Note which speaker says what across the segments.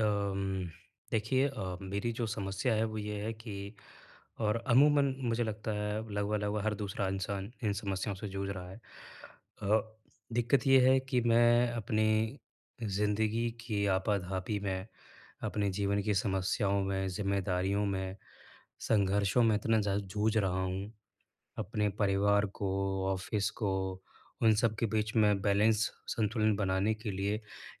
Speaker 1: अम, देखिए मेरी जो समस्या है वो ये है कि और अमूमन मुझे लगता है लगभग लगभग हर दूसरा इंसान इन समस्याओं से जूझ रहा है। अ, दिक्कत ये है कि मैं अपनी ज़िंदगी की आपाधापी में, अपने जीवन की समस्याओं में, ज़िम्मेदारियों में, संघर्षों में इतना ज़्यादा जूझ रहा हूँ अपने परिवार को, ऑफ़िस को, उन सब के बीच में बैलेंस संतुलन बनाने के लिए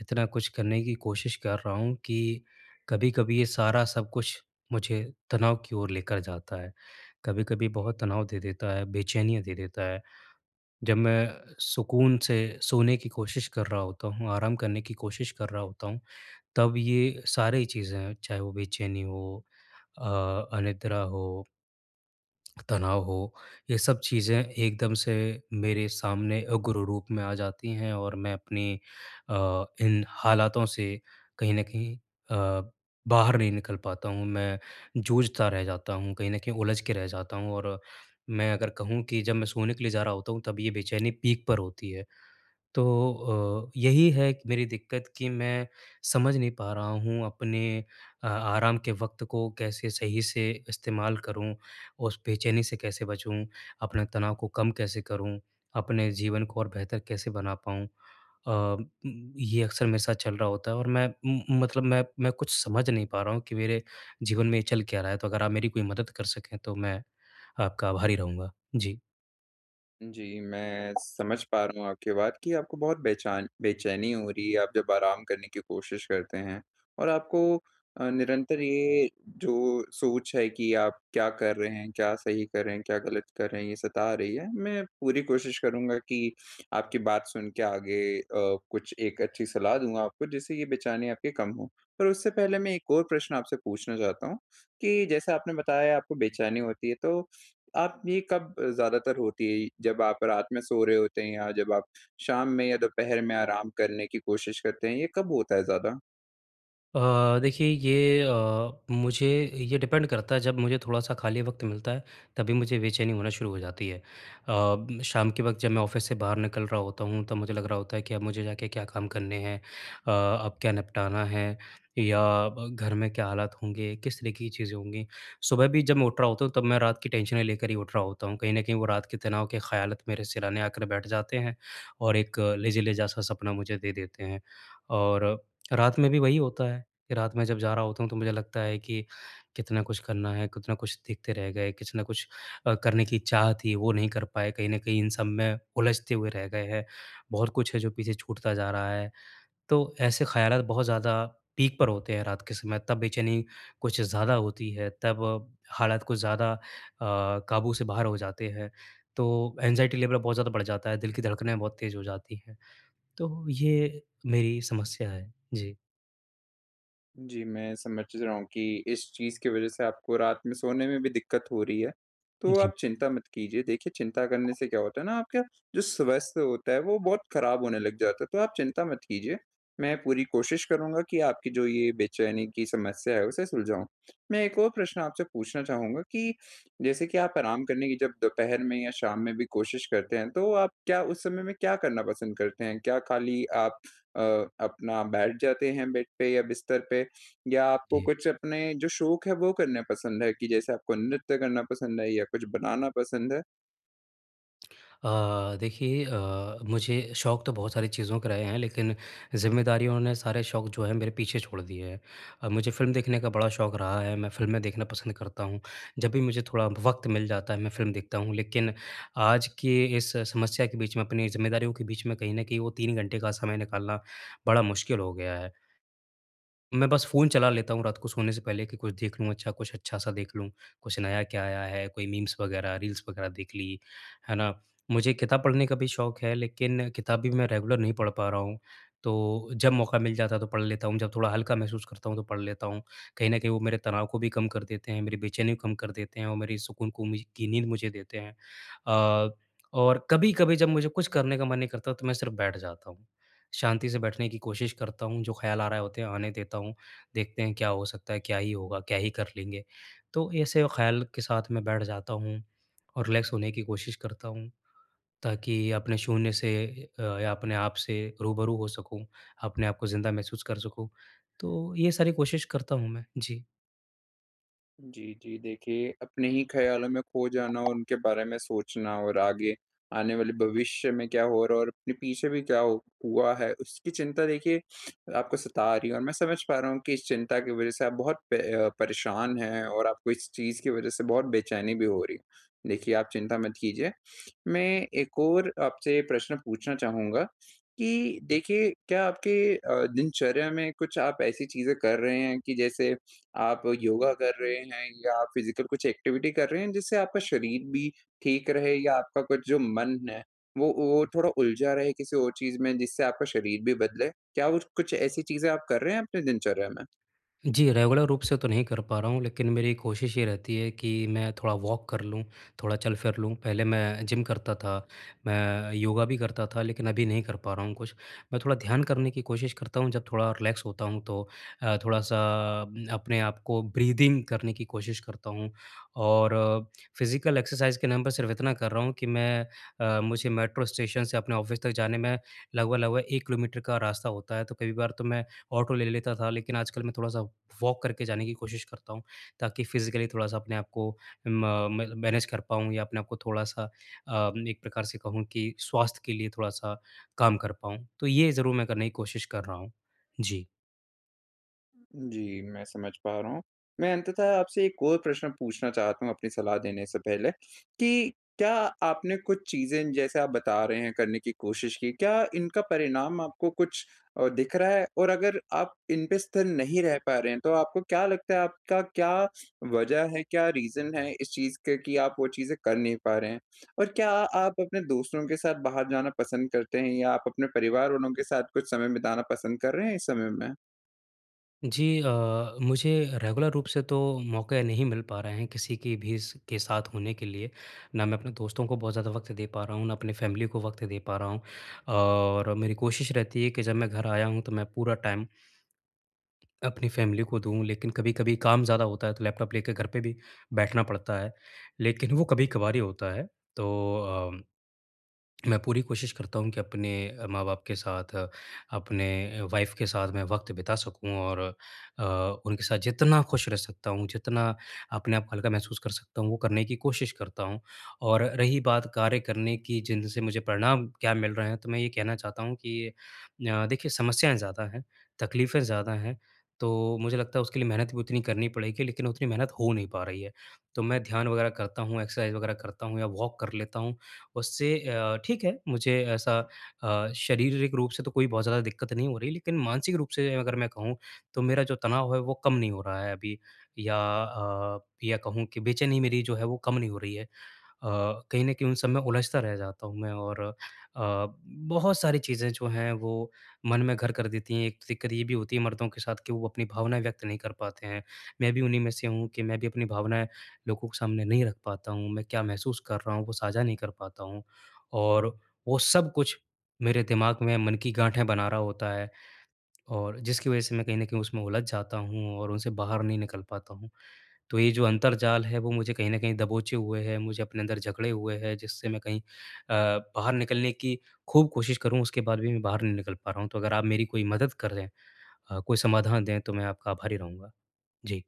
Speaker 1: इतना कुछ करने की कोशिश कर रहा हूँ कि कभी-कभी ये सारा सब कुछ मुझे तनाव की ओर लेकर जाता है। कभी-कभी बहुत तनाव दे देता है, बेचैनियाँ दे देता है। जब मैं सुकून से सोने की कोशिश कर रहा होता हूँ, आराम करने की कोशिश कर रहा होता हूँ, तब ये सारी चीज़ें, चाहे वो बेचैनी हो अ, अनिद्रा हो तनाव हो, ये सब चीज़ें एकदम से मेरे सामने उग्र रूप में आ जाती हैं और मैं अपनी इन हालातों से कहीं न कहीं बाहर नहीं निकल पाता हूँ, मैं जूझता रह जाता हूँ, कहीं न कहीं उलझ के रह जाता हूँ और मैं अगर कहूँ कि जब मैं सोने के लिए जा रहा होता हूँ, तब ये बेचैनी पीक पर होती है। तो यही है कि मेरी दिक्कत कि मैं समझ नहीं पा रहा हूँ अपने आराम के वक़्त को कैसे सही से इस्तेमाल करूँ, उस बेचैनी से कैसे बचूँ, अपने तनाव को कम कैसे करूँ, अपने जीवन को और बेहतर कैसे बना पाऊँ। ये अक्सर मेरे साथ चल रहा होता है और मैं मतलब मैं कुछ समझ नहीं पा रहा हूँ कि मेरे जीवन में ये चल क्या रहा है? तो अगर आप मेरी कोई मदद कर सकें तो मैं आपका आभारी रहूँगा। जी।
Speaker 2: जी, मैं समझ पा रहा हूँ आपकी बात कि आपको बहुत बेचान बेचैनी हो रही है। आप जब आराम करने की कोशिश करते हैं और आपको निरंतर ये जो सोच है कि आप क्या कर रहे हैं, क्या सही कर रहे हैं, क्या गलत कर रहे हैं, ये सता रही है। मैं पूरी कोशिश करूँगा कि आपकी बात सुन के आगे कुछ एक अच्छी सलाह दूँगा आपको, जिससे ये बेचैनी आपकी कम हो। पर उससे पहले मैं एक और प्रश्न आपसे पूछना चाहता हूँ कि जैसे आपने बताया आपको बेचैनी होती है, तो आप ये कब ज़्यादातर होती है? जब आप रात में सो रहे होते हैं, या जब आप शाम में या दोपहर में आराम करने की कोशिश करते हैं, ये कब होता है ज़्यादा?
Speaker 1: देखिए ये मुझे ये डिपेंड करता है जब मुझे थोड़ा-सा खाली वक़्त मिलता है, तभी मुझे बेचैनी होना शुरू हो जाती है। शाम के वक़्त जब मैं ऑफ़िस से बाहर निकल रहा होता हूँ, तब मुझे लग रहा होता है कि अब मुझे जाके क्या काम करने हैं, अब क्या निपटाना है या ब घर में क्या हालात होंगे, किस तरह की चीज़ें होंगी। सुबह भी जब मैं उठ रहा होता हूँ, तब मैं रात की टेंशनें लेकर ही उठ रहा होता हूँ। कहीं न कहीं वो रात के तनाव के ख़यालात मेरे सिरहाने आकर बैठ जाते हैं और एक लेजी-लेजा सा सपना मुझे दे देते हैं और रात में भी वही होता है। कि रात में जब जा रहा होता हूँ तो मुझे लगता है कि कितना कुछ करना है, कितना कुछ देखते रह गए, कुछ ना कुछ करने की चाह थी वो नहीं कर पाए, कहीं न कहीं इन सब में उलझते हुए रह गए हैं। बहुत कुछ है जो पीछे छूटता जा रहा है। तो ऐसे ख़्यालात बहुत ज़्यादा पीक पर होते हैं रात के समय, तब बेचैनी कुछ ज़्यादा होती है, तब हालात कुछ ज़्यादा काबू से बाहर हो जाते हैं। तो एंग्ज़ायटी लेवल बहुत ज़्यादा बढ़ जाता है, दिल की धड़कनें बहुत तेज़ हो जाती हैं। तो ये मेरी समस्या है। जी।
Speaker 2: जी, मैं समझ रहा हूँ कि इस चीज़ की वज़ह से आपको रात में सोने में भी दिक्कत हो रही है। तो
Speaker 1: जी।
Speaker 2: आप चिंता मत कीजिए। देखिए, चिंता करने से क्या होता है ना, आपका जो स्वास्थ्य होता है वो बहुत ख़राब होने लग जाता है। तो आप चिंता मत कीजिए। मैं पूरी कोशिश करूँगा कि आपकी जो ये बेचैनी की समस्या है उसे सुलझाऊँ। मैं एक और प्रश्न आपसे पूछना चाहूँगा कि जैसे कि आप आराम करने की जब दोपहर में या शाम में भी कोशिश करते हैं, तो आप क्या उस समय में क्या करना पसंद करते हैं? क्या खाली आप अ, अपना बैठ जाते हैं बेड पे या बिस्तर पे, या आपको
Speaker 1: जी।
Speaker 2: कुछ अपने जो शौक है वो करने पसंद है कि जैसे आपको नृत्य करना पसंद है, या कुछ बनाना पसंद है?
Speaker 1: अ, देखिए मुझे शौक तो बहुत सारी चीज़ों के रहे हैं लेकिन ज़िम्मेदारियों ने सारे शौक जो है मेरे पीछे छोड़ दिए हैं। मुझे फ़िल्म देखने का बड़ा शौक रहा है, मैं फ़िल्में देखना पसंद करता हूँ। जब भी मुझे थोड़ा वक़्त मिल जाता है मैं फ़िल्म देखता हूँ लेकिन आज के इस समस्या के बीच में, अपनी ज़िम्मेदारियों के बीच में कहीं न कहीं वो 3 घंटे का समय निकालना बड़ा मुश्किल हो गया है। मैं बस फ़ोन चला लेता हूँ रात को सोने से पहले कि कुछ देख लूँ अच्छा, कुछ अच्छा-सा देख लूँ, कुछ नया क्या आया है, कोई मीम्स वगैरह, रील्स वगैरह देख ली, है ना? मुझे किताब पढ़ने का भी शौक है, लेकिन किताब भी मैं रेगुलर नहीं पढ़ पा रहा हूँ। तो जब मौका मिल जाता है तो पढ़ लेता हूँ, जब थोड़ा हल्का महसूस करता हूँ तो पढ़ लेता हूँ। कहीं न कहीं वो मेरे तनाव को भी कम कर देते हैं, मेरी बेचैनी को कम कर देते हैं और मेरी सुकून को मुझ की नींद मुझे देते हैं। अ, और कभी-कभी जब मुझे कुछ करने का मन नहीं करता तो मैं सिर्फ़ बैठ जाता हूँ। शांति से बैठने की कोशिश करता हूँ, जो ख़्याल आ रहे होते हैं आने देता हूँ, देखते हैं क्या हो सकता है, क्या ही होगा, क्या ही कर लेंगे। तो ऐसे ख़्याल के साथ मैं बैठ जाता हूँ और रिलैक्स होने की कोशिश करता हूँ, ताकि अपने शून्य से या अपने आप से रूबरू हो सकूँ, अपने आप को ज़िंदा महसूस कर सकूँ। तो ये सारी कोशिश करता हूँ मैं। जी।
Speaker 2: जी, जी। देखिए, अपने ही ख़्यालों में खो जाना और उनके बारे में सोचना और आगे आने वाले भविष्य में क्या हो रहा है और अपने पीछे भी क्या हो हुआ है, उसकी चिंता देखिए आपको सता रही है, और मैं समझ पा रहा हूँ कि इस चिंता की वज़ह से आप बहुत परेशान हैं और आपको इस चीज़ की वज़ह से बहुत बेचैनी भी हो रही है। देखिए, आप चिंता मत कीजिए। मैं एक और आपसे प्रश्न पूछना चाहूँगा कि देखिए, क्या आपके दिनचर्या में कुछ आप ऐसी चीज़ें कर रहे हैं, कि जैसे आप योगा कर रहे हैं या आप फिज़िकल कुछ एक्टिविटी कर रहे हैं, जिससे आपका शरीर भी ठीक रहे, या आपका कुछ जो मन है वो थोड़ा उलझा रहे किसी और चीज़ में, जिससे आपका शरीर भी बदले? क्या वो कुछ ऐसी चीज़ें आप कर रहे हैं अपने दिनचर्या में?
Speaker 1: जी, रेगुलर रूप से तो नहीं कर पा रहा हूँ, लेकिन मेरी कोशिश ये रहती है कि मैं थोड़ा वॉक कर लूँ, थोड़ा चल-फिर लूँ। पहले मैं जिम करता था, मैं योगा भी करता था, लेकिन अभी नहीं कर पा रहा हूँ कुछ। मैं थोड़ा ध्यान करने की कोशिश करता हूँ, जब थोड़ा रिलैक्स होता हूँ तो थोड़ा-सा अपने आप को ब्रीदिंग करने की कोशिश करता हूँ और फिज़िकल एक्सरसाइज़ के नाम पर सिर्फ इतना कर रहा हूँ कि मुझे मेट्रो स्टेशन से अपने ऑफ़िस तक जाने में लगभग-लगभग 1 किलोमीटर का रास्ता होता है, तो कई बार तो मैं ऑटो ले लेता था, लेकिन आजकल मैं थोड़ा-सा वॉक करके जाने की कोशिश करता हूँ, ताकि फ़िज़िकली थोड़ा-सा अपने आप को म म मैनेज कर पाऊँ या अपने आप को थोड़ा-सा एक प्रकार से कहूँ कि स्वास्थ्य के लिए थोड़ा-सा काम कर पाऊँ। तो ये ज़रूर मैं करने की कोशिश कर रहा हूँ। जी।
Speaker 2: जी, मैं समझ पा रहा हूँ। मैं अंततः आपसे एक और प्रश्न पूछना चाहता हूँ अपनी सलाह देने से पहले कि क्या आपने कुछ चीज़ें, जैसे आप बता रहे हैं, करने की कोशिश की, क्या इनका परिणाम आपको कुछ दिख रहा है? और अगर आप इन पे स्थिर नहीं रह पा रहे हैं, तो आपको क्या लगता है आपका क्या वजह है, क्या रीज़न है इस चीज़ के कि आप वो चीज़ें कर नहीं पा रहे हैं? और क्या आप अपने दोस्तों के साथ बाहर जाना पसंद करते हैं, या आप अपने परिवार वालों के साथ कुछ समय बिताना पसंद कर रहे हैं इस समय में?
Speaker 1: जी, मुझे रेगुलर रूप से तो मौके नहीं मिल पा रहे हैं किसी की भी स के साथ होने के लिए। ना मैं अपने दोस्तों को बहुत ज़्यादा वक़्त दे पा रहा हूँ, ना अपनी फ़ैमिली को वक़्त दे पा रहा हूँ और मेरी कोशिश रहती है कि जब मैं घर आया हूँ, तो मैं पूरा टाइम अपनी फ़ैमिली को दूँ, लेकिन कभी-कभी काम ज़्यादा होता है, तो लैपटॉप लेके घर पे भी बैठना पड़ता है, लेकिन वो कभी-कभार ही होता है। तो अ मैं पूरी कोशिश करता हूँ कि अपने माँ-बाप के साथ, अपने वाइफ़ के साथ मैं वक़्त बिता सकूँ और अ, उनके साथ जितना खुश रह सकता हूँ, जितना अपने आप को हल्का महसूस कर सकता हूँ, वो करने की कोशिश करता हूँ। और रही बात कार्य करने की जिनसे मुझे परिणाम क्या मिल रहे हैं, तो मैं ये कहना चाहता हूँ कि देखिए समस्याएँ ज़्यादा हैं, तकलीफ़ें ज़्यादा हैं, तो मुझे लगता है उसके लिए मेहनत भी उतनी करनी पड़ेगी, लेकिन उतनी मेहनत हो नहीं पा रही है। तो मैं ध्यान वगैरह करता हूँ, एक्सरसाइज़ वगैरह करता हूँ या वॉक कर लेता हूँ, उससे ठीक है, मुझे ऐसा शारीरिक रूप से तो कोई बहुत ज़्यादा दिक्कत नहीं हो रही, लेकिन मानसिक रूप से अगर मैं कहूँ, तो मेरा जो तनाव है, वो कम नहीं हो रहा है अभी या अ, या कहूँ कि बेचैनी मेरी जो है, वो कम नहीं हो रही है। अ, कहीं न कहीं उन सब में उलझता रह जाता हूँ मैं और बहुत सारी चीज़ें जो हैं वो मन में घर कर देती हैं। एक तो दिक्कत ये भी होती है मर्दों के साथ कि वो अपनी भावनाएँ व्यक्त नहीं कर पाते हैं। मैं भी उन्हीं में से हूँ कि मैं भी अपनी भावनाएँ लोगों के सामने नहीं रख पाता हूँ। मैं क्या महसूस कर रहा हूँ वो साझा नहीं कर पाता हूँ और वो सब कुछ मेरे दिमाग में मन की गाँठें बना रहा होता है और जिसकी वज़ह से मैं कहीं न कहीं उसमें उलझ जाता हूँ और उनसे बाहर नहीं निकल पाता हूँ। तो ये जो अंतर्जाल है वो मुझे कहीं न कहीं दबोचे हुए है, मुझे अपने अंदर जकड़े हुए है जिससे मैं कहीं बाहर निकलने की खूब कोशिश करूँ उसके बाद भी मैं बाहर नहीं निकल पा रहा हूँ। तो अगर आप मेरी कोई मदद कर दें, कोई समाधान दें तो मैं आपका आभारी रहूँगा। जी।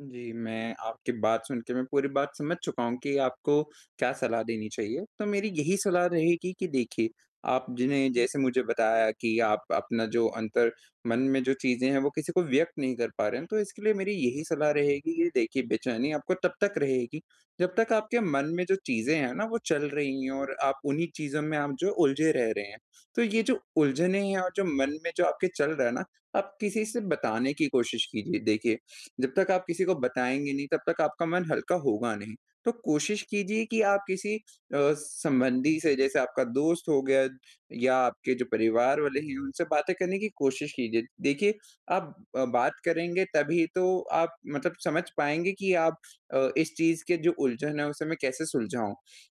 Speaker 2: जी, मैं आपकी बात सुन के मैं पूरी बात समझ चुका हूँ कि आपको क्या सलाह देनी चाहिए। तो मेरी यही सलाह रहेगी कि देखिए, आपने जैसे मुझे बताया कि आप अपना जो अंतर मन में जो चीज़ें हैं, वो किसी को व्यक्त नहीं कर पा रहे हैं, तो इसके लिए मेरी यही सलाह रहेगी कि देखिए, बेचैनी आपको तब तक रहेगी, जब तक आपके मन में जो चीज़ें हैं ना, वो चल रही हैं और आप उन्हीं चीज़ों में आप जो उलझे रह रहे हैं। तो ये जो उलझने हैं और जो मन में जो आपके चल रहा है ना, आप किसी से बताने की कोशिश कीजिए। देखिए, जब तक आप किसी को बताएँगे नहीं, तब तक आपका मन हल्का होगा नहीं। तो कोशिश कीजिए कि आप किसी संबंधी से, जैसे आपका दोस्त हो गया या आपके जो परिवार वाले हैं, उनसे बातें करने की कोशिश कीजिए। देखिए, आप बात करेंगे तभी तो आप मतलब समझ पाएँगे कि आप इस चीज़ के जो उलझन है, उसे मैं कैसे सुलझाऊँ?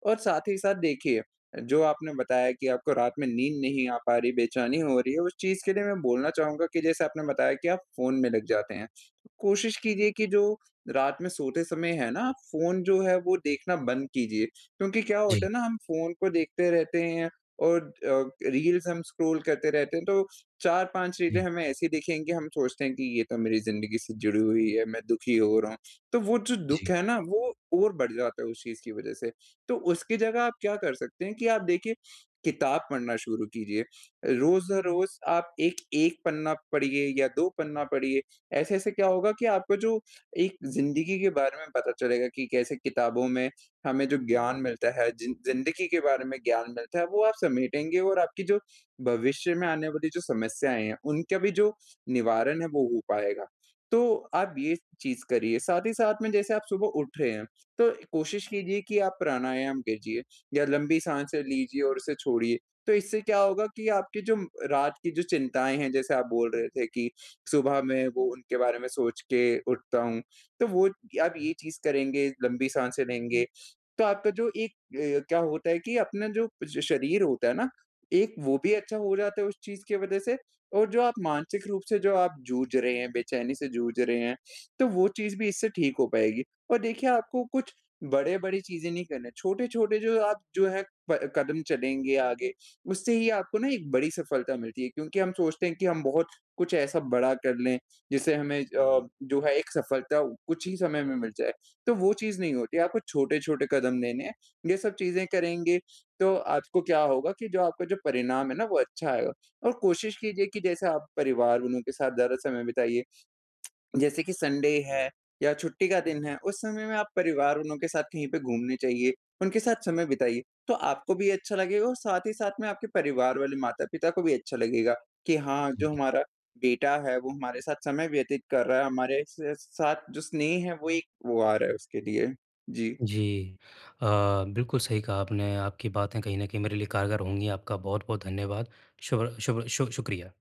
Speaker 2: और साथ ही साथ देखिए, जो आपने बताया कि आपको रात में नींद नहीं आ पा रही, बेचैनी हो रही है, उस चीज़ के लिए मैं बोलना चाहूँगा कि जैसे आपने बताया कि आप फ़ोन में लग जाते हैं। कोशिश कीजिए कि जो रात में सोते समय है ना, आप फ़ोन जो है वो देखना बंद कीजिए। क्योंकि क्या होता
Speaker 1: जी,
Speaker 2: है ना, हम फ़ोन को देखते रहते हैं और रील्स हम स्क्रॉल करते रहते हैं, तो 4-5 रीलें
Speaker 1: जी,
Speaker 2: हमें ऐसी दिखेंगी, हम सोचते हैं कि ये तो मेरी ज़िंदगी से जुड़ी हुई है, मैं दुखी हो रहा हूँ। तो वो जो
Speaker 1: जी।
Speaker 2: दुःख है ना, वो और बढ़ जाता है उस चीज़ की वज़ह से। तो उसकी जगह आप क्या कर सकते हैं कि आप देखिए, किताब पढ़ना शुरू कीजिए। रोज़-रोज़ आप एक 1 पन्ना पढ़िए या 2 पन्ना पढ़िए। ऐसे-ऐसे क्या होगा कि आपको जो एक ज़िंदगी के बारे में पता चलेगा कि कैसे किताबों में हमें जो ज्ञान मिलता है, जिन ज़िंदगी के बारे में ज्ञान मिलता है, वो आप समेटेंगे और आपकी जो भविष्य में आने वाली जो समस्याएँ हैं, उनका भी जो निवारण है, वो हो पाएगा। तो आप ये चीज़ करिए। साथ ही साथ में जैसे आप सुबह उठ रहे हैं, तो कोशिश कीजिए कि आप प्राणायाम कीजिए या लंबी साँसें लीजिए और उसे छोड़िए। तो इससे क्या होगा कि आपकी जो रात की जो चिंताएँ हैं, जैसे आप बोल रहे थे कि सुबह मैं वो उनके बारे में सोच के उठता हूँ। तो वो आप ये चीज़ करेंगे, लंबी साँसें लेंगे, तो आपका जो एक क्या होता है कि अपना जो श शरीर होता है ना, एक वो भी अच्छा हो जाता है उस चीज़ की वज़ह से, और जो आप मानसिक रूप से जो आप जूझ रहे हैं, बेचैनी से जूझ रहे हैं, तो वो चीज़ भी इससे ठीक हो पाएगी। और देखिए, आपको कुछ बड़े-बड़ी चीज़ें नहीं करना है। छोटे-छोटे जो आप जो है प कदम चलेंगे आगे, उससे ही आपको ना एक बड़ी सफलता मिलती है, क्योंकि हम सोचते हैं कि हम बहुत कुछ ऐसा बड़ा कर लें, जिससे हमें अ, हुँ। जो है एक सफलता कुछ ही समय में मिल जाए। तो वो चीज़ नहीं होती, आपको छोटे-छोटे कदम लेने हैं। ये सब चीज़ें करेंगे, तो आपको क्या होगा कि जो आपका जो परिणाम है ना, वो अच्छा आएगा। और कोशिश कीजिए कि जैसे आप परिवार वालों के साथ ज़्यादा समय बिताइए। जैसे कि संडे है या छुट्टी का दिन है, उस समय में आप परिवार वालों के साथ कहीं पे घूमने जाइए, उनके साथ समय बिताइए। तो आपको भी अच्छा लगेगा और साथ ही साथ में आपके परिवार वाले माता-पिता को भी अच्छा लगेगा कि हाँ, जो हमारा बेटा है वो हमारे साथ समय व्यतीत कर रहा है, हमारे स साथ जो स्नेह है वो एक वो आ रहा है उसके लिए। जी।
Speaker 1: जी। अ, बिल्कुल सही कहा आपने, आपकी बातें कहीं न कहीं मेरे लिए कारगर होंगी। आपका बहुत-बहुत धन्यवाद। शुभ शुभ शु शुक्रिया।